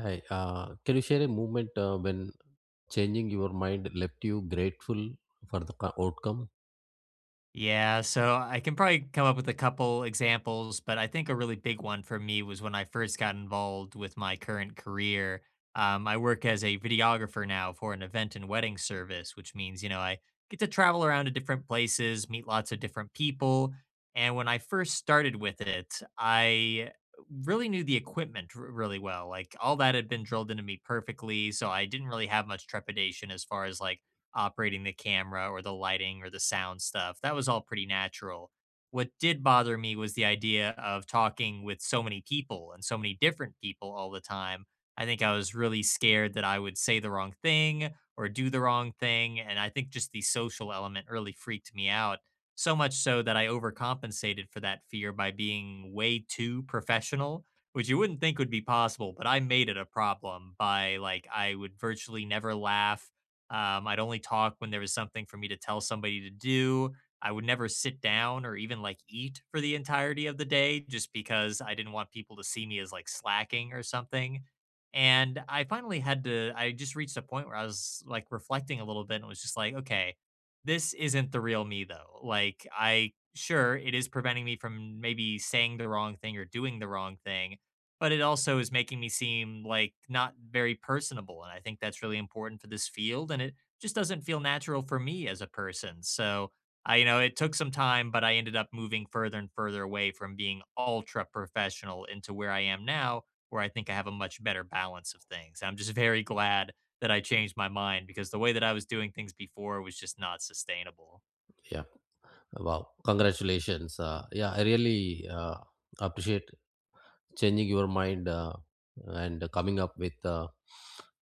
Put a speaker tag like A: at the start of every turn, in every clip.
A: Hi, can you share a moment when changing your mind left you grateful for the outcome?
B: Yeah, so I can probably come up with a couple examples, but I think a really big one for me was when I first got involved with my current career. I work as a videographer now for an event and wedding service, which means, you know, I get to travel around to different places, meet lots of different people. And when I first started with it, I really knew the equipment really well. Like all that had been drilled into me perfectly. So I didn't really have much trepidation as far as like, operating the camera or the lighting or the sound stuff. That was all pretty natural. What did bother me was the idea of talking with so many people and so many different people all the time. I think I was really scared that I would say the wrong thing or do the wrong thing. And I think just the social element really freaked me out. So much so that I overcompensated for that fear by being way too professional, which you wouldn't think would be possible, but I made it a problem by like, I would virtually never laugh. I'd only talk when there was something for me to tell somebody to do. I would never sit down or even like eat for the entirety of the day just because I didn't want people to see me as like slacking or something. And I finally had to, I just reached a point where I was like reflecting a little bit and was just like, okay, this isn't the real me though. Like, I, sure, it is preventing me from maybe saying the wrong thing or doing the wrong thing, but it also is making me seem like not very personable. And I think that's really important for this field. And it just doesn't feel natural for me as a person. So I, you know, it took some time, but I ended up moving further and further away from being ultra professional into where I am now, where I think I have a much better balance of things. I'm just very glad that I changed my mind because the way that I was doing things before was just not sustainable.
A: Yeah, wow, congratulations. Yeah, I really appreciate changing your mind and coming up with uh,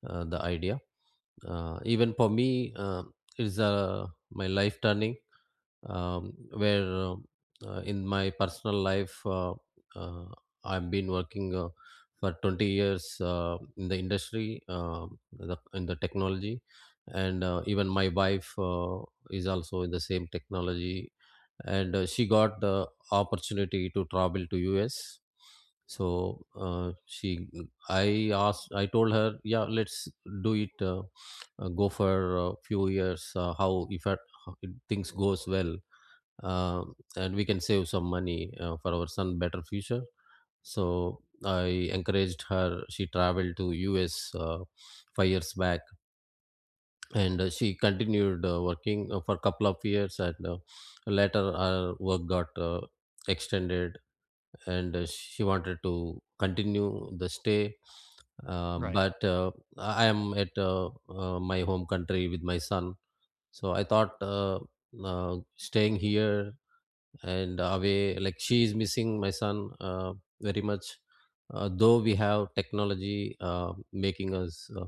A: uh, the idea. Even for me, it's my life turning, where in my personal life, uh, I've been working for 20 years in the industry, in the technology, and even my wife is also in the same technology, and she got the opportunity to travel to US. So she I asked I told her, yeah, let's do it, go for a few years, how if at, how things goes well, uh, and we can save some money for our son better future. So I encouraged her. She traveled to us 5 years back, and she continued working for a couple of years, and later our work got extended, and she wanted to continue the stay. Uh,
B: Right.
A: but uh, I am at my home country with my son, so I thought, staying here and away, like, she is missing my son very much. Though we have technology making us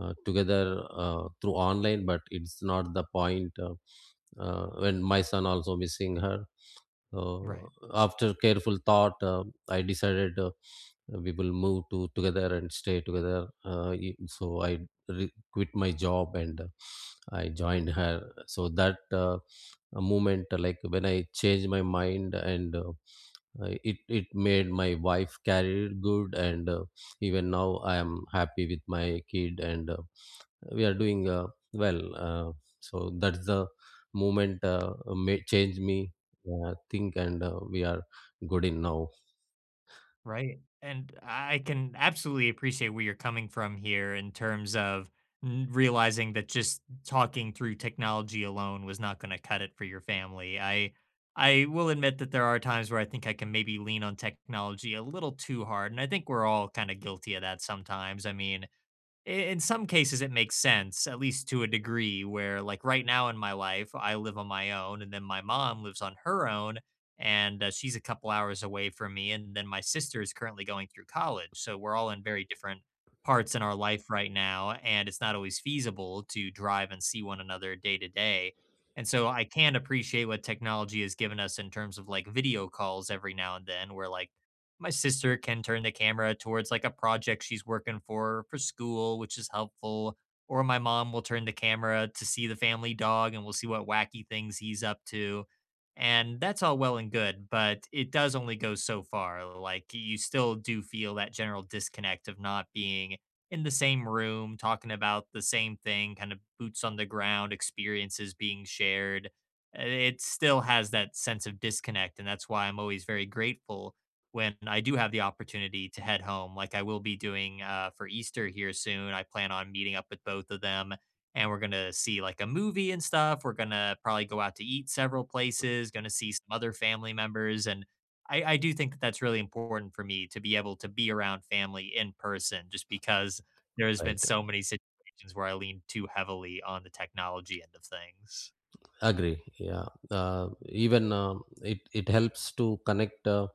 A: together through online, but it's not the point. When my son also missing her, uh,
B: Right.
A: after careful thought, I decided we will move to together and stay together. So I quit my job, and I joined her. So that a moment, like, when I changed my mind, and it made my wife career good, and even now I am happy with my kid and. We are doing well. So that's the moment may change me think, and we are good in now.
B: Right. And I can absolutely appreciate where you're coming from here in terms of realizing that just talking through technology alone was not going to cut it for your family. I will admit that there are times where I think I can maybe lean on technology a little too hard, and I think we're all kind of guilty of that sometimes. I mean, in some cases it makes sense at least to a degree where like right now in my life I live on my own and then my mom lives on her own, and she's a couple hours away from me and then my sister is currently going through college, so we're all in very different parts in our life right now and it's not always feasible to drive and see one another day to day. And so I can appreciate what technology has given us in terms of like video calls every now and then, where like my sister can turn the camera towards like a project she's working for school, which is helpful. Or my mom will turn the camera to see the family dog and we'll see what wacky things he's up to. And that's all well and good, but it does only go so far. Like you still do feel that general disconnect of not being in the same room, talking about the same thing, kind of boots on the ground experiences being shared. It still has that sense of disconnect. And that's why I'm always very grateful when I do have the opportunity to head home, like I will be doing for Easter here soon. I plan on meeting up with both of them and we're going to see like a movie and stuff. We're going to probably go out to eat several places, going to see some other family members. And I do think that that's really important for me to be able to be around family in person just because there has
A: Right?
B: been so many situations where I lean too heavily on the technology end of things.
A: Agree. Yeah. Even it helps to connect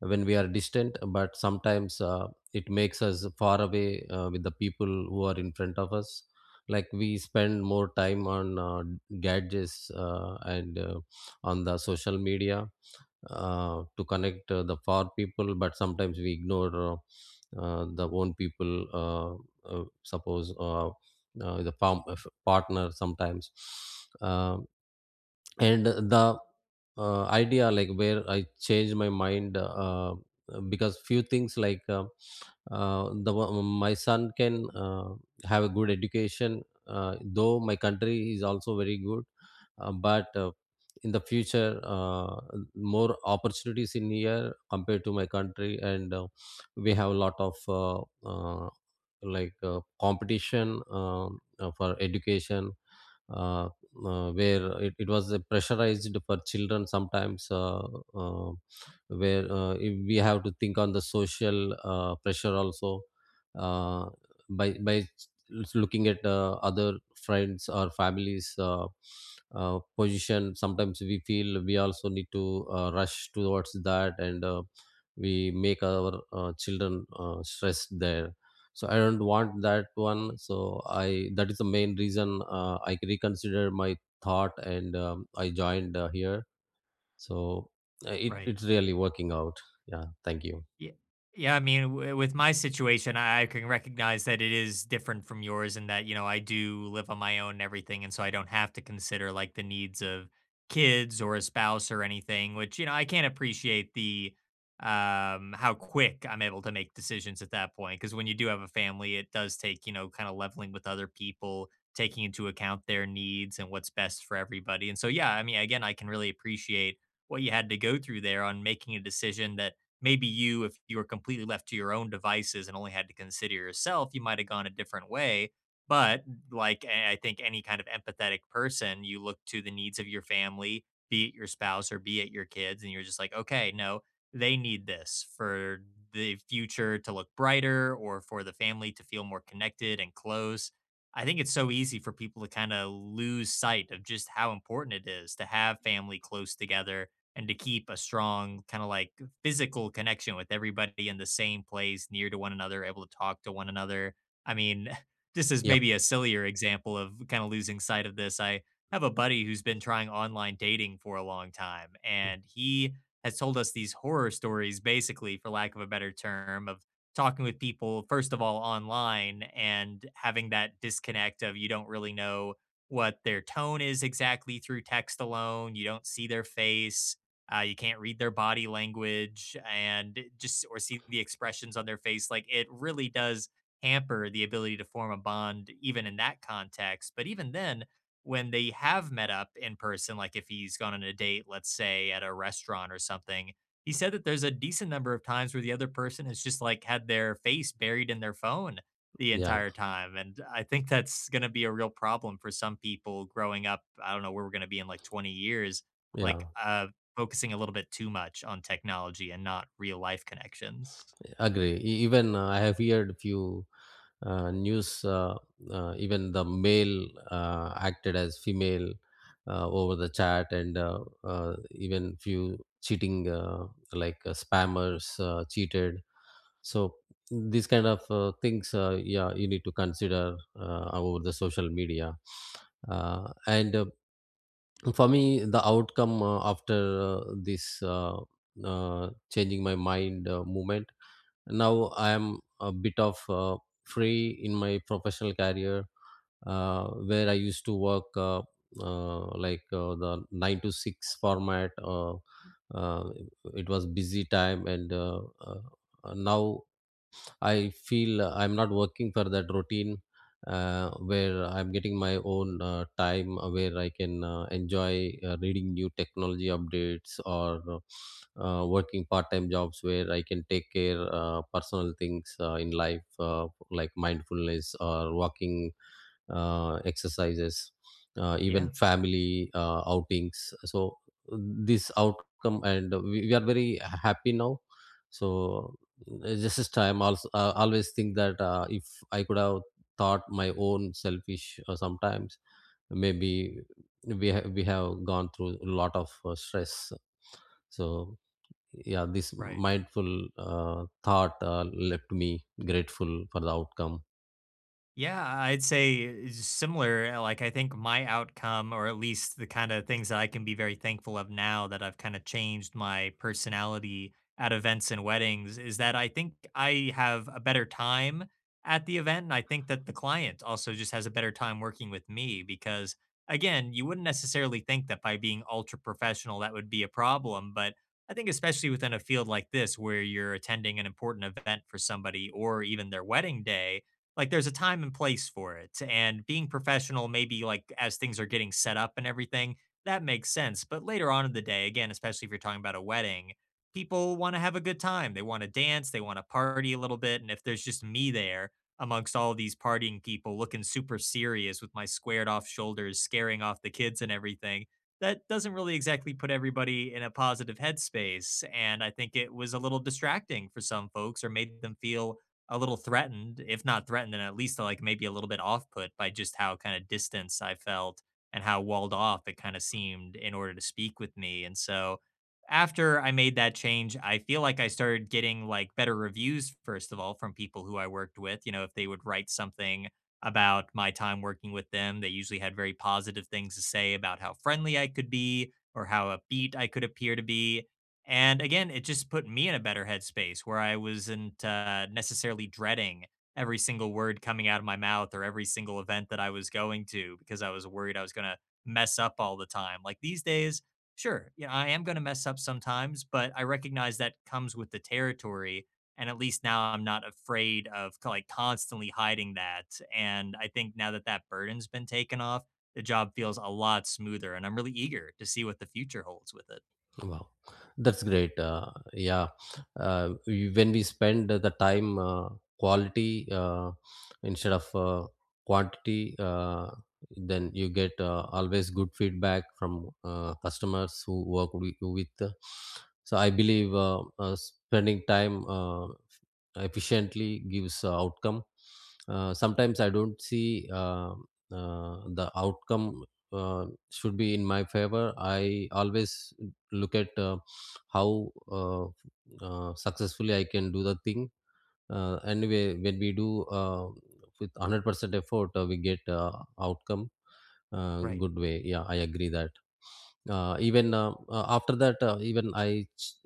A: when we are distant, but sometimes it makes us far away with the people who are in front of us. Like, we spend more time on gadgets and on the social media to connect the far people, but sometimes we ignore the own people, suppose the farm, partner sometimes. Uh, and the idea, like, where I changed my mind because few things, like, my son can have a good education, though my country is also very good, but in the future more opportunities in here compared to my country, and we have a lot of uh, competition for education, uh, where it was pressurized for children sometimes, uh, where if we have to think on the social pressure also, uh, by looking at other friends or families position. Sometimes we feel we also need to rush towards that, and we make our children stressed there. So I don't want that one, so I that is the main reason I reconsider my thought, and I joined here. So
B: Right.
A: it's really working out. Yeah, thank you.
B: Yeah. Yeah, I mean, w with my situation, I can recognize that it is different from yours and that, you know, I do live on my own and everything, and so I don't have to consider, like, the needs of kids or a spouse or anything, which, you know, I can not appreciate how quick I'm able to make decisions at that point. Because when you do have a family, it does take, you know, kinda leveling with other people, taking into account their needs and what's best for everybody, and so, yeah, I mean, again, I can really appreciate what you had to go through there on making a decision that maybe you, if you were completely left to your own devices and only had to consider yourself, you might have gone a different way. But like I think any kind of empathetic person, you look to the needs of your family, be it your spouse or be it your kids, and you're just like, okay, no, they need this for the future to look brighter or for the family to feel more connected and close. I think it's so easy for people to kind of lose sight of just how important it is to have family close together and to keep a strong kind of like physical connection with everybody in the same place, near to one another, able to talk to one another. I mean, this is
A: Yep.
B: maybe a sillier example of kind of losing sight of this. I have a buddy who's been trying online dating for a long time, and he has told us these horror stories, basically, for lack of a better term, of talking with people, first of all, online and having that disconnect of you don't really know what their tone is exactly through text alone, you don't see their face. You can't read their body language and just or see the expressions on their face. Like it really does hamper the ability to form a bond, even in that context. But even then, when they have met up in person, like if he's gone on a date, let's say at a restaurant or something, he said that there's a decent number of times where the other person has just like had their face buried in their phone the
A: Yeah.
B: entire time. And I think that's going to be a real problem for some people growing up. I don't know where we're going to be in like 20 years like
A: Yeah,
B: uh Focusing a little bit too much on technology and not real life connections.
A: agree. Even I have heard few news, even the male acted as female over the chat, and even few cheating, like spammers cheated. So these kind of things, yeah, you need to consider over the social media. And for me, the outcome after this changing my mind movement, now I am a bit of free in my professional career, where I used to work like the nine to six format. Uh, it was busy time, and now I feel I'm not working for that routine, where I'm getting my own time, where I can enjoy reading new technology updates, or working part-time jobs, where I can take care personal things in life, like mindfulness or walking exercises, even
B: Yeah,
A: family outings. So this outcome, and we are very happy now. So just as time also always think that if I could have thought my own selfish sometimes, maybe we have gone through a lot of stress. So yeah, this
B: right.
A: mindful thought left me grateful for the outcome.
B: Yeah, I'd say similar. Like, I think my outcome, or at least the kind of things that I can be very thankful of now that I've kind of changed my personality at events and weddings, is that I think I have a better time at the event. And I think that the client also just has a better time working with me because, again, you wouldn't necessarily think that by being ultra professional, that would be a problem. But I think, especially within a field like this, where you're attending an important event for somebody or even their wedding day, like, there's a time and place for it, and being professional, maybe, like, as things are getting set up and everything, that makes sense, but later on in the day, again, especially if you're talking about a wedding, people wanna have a good time, they wanna dance, they wanna party a little bit, and if there's just me there amongst all these partying people looking super serious with my squared off shoulders, scaring off the kids and everything, that doesn't really exactly put everybody in a positive headspace, and I think it was a little distracting for some folks or made them feel a little threatened, if not threatened, and at least like maybe a little bit off put by just how kind of distance I felt and how walled off it kind of seemed in order to speak with me. And so after I made that change, I feel like I started getting like better reviews, first of all, from people who I worked with. You know, if they would write something about my time working with them, they usually had very positive things to say about how friendly I could be or how upbeat I could appear to be. And again, it just put me in a better headspace where I wasn't necessarily dreading every single word coming out of my mouth or every single event that I was going to because I was worried I was going to mess up all the time. Like these days, sure, yeah, I am going to mess up sometimes, but I recognize that comes with the territory. And at least now I'm not afraid of like constantly hiding that. And I think now that that burden's been taken off, the job feels a lot smoother. And I'm really eager to see what the future holds with it.
A: Wow, that's great. Yeah, when we spend the time quality instead of quantity, then you get always good feedback from customers who work with. So I believe spending time efficiently gives outcome. Sometimes I don't see the outcome should be in my favor. I always look at how successfully I can do the thing. And when we do with 100% effort, we get outcome
B: Right.
A: good way. Yeah, I agree that. Even after that, even I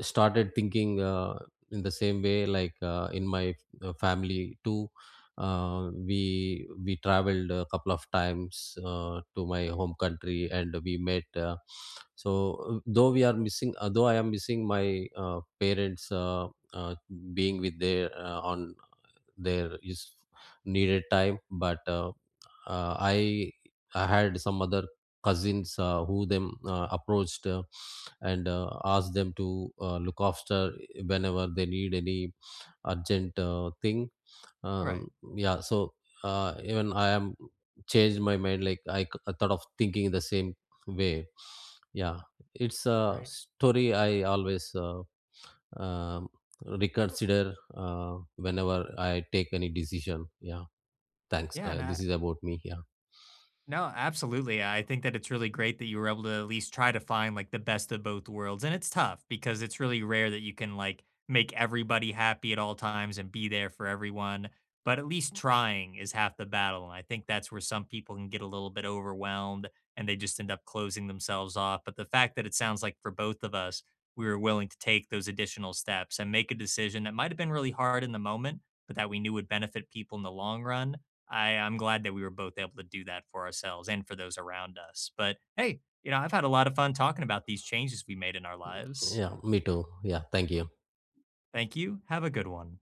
A: started thinking in the same way, like, in my family too, we traveled a couple of times to my home country, and we met. So though we are missing, though I am missing my parents, being with their on their is needed time, but uh, I I had some other cousins who them approached, and asked them to look after whenever they need any urgent thing. um
B: Right.
A: yeah, so even I am changed my mind, like, I thought of thinking the same way. Yeah, it's a
B: Right.
A: story I always um reconsider whenever I take any decision. Yeah, thanks,
B: Yeah, and
A: this
B: I
A: is about me. Yeah,
B: no, absolutely. I think that it's really great that you were able to at least try to find like the best of both worlds. And it's tough because it's really rare that you can like make everybody happy at all times and be there for everyone. But at least trying is half the battle. And I think that's where some people can get a little bit overwhelmed and they just end up closing themselves off. But the fact that it sounds like for both of us, we were willing to take those additional steps and make a decision that might have been really hard in the moment, but that we knew would benefit people in the long run. I'm glad that we were both able to do that for ourselves and for those around us. But hey, you know, I've had a lot of fun talking about these changes we made in our lives.
A: yeah, me too. Yeah, thank you.
B: Thank you. Have a good one.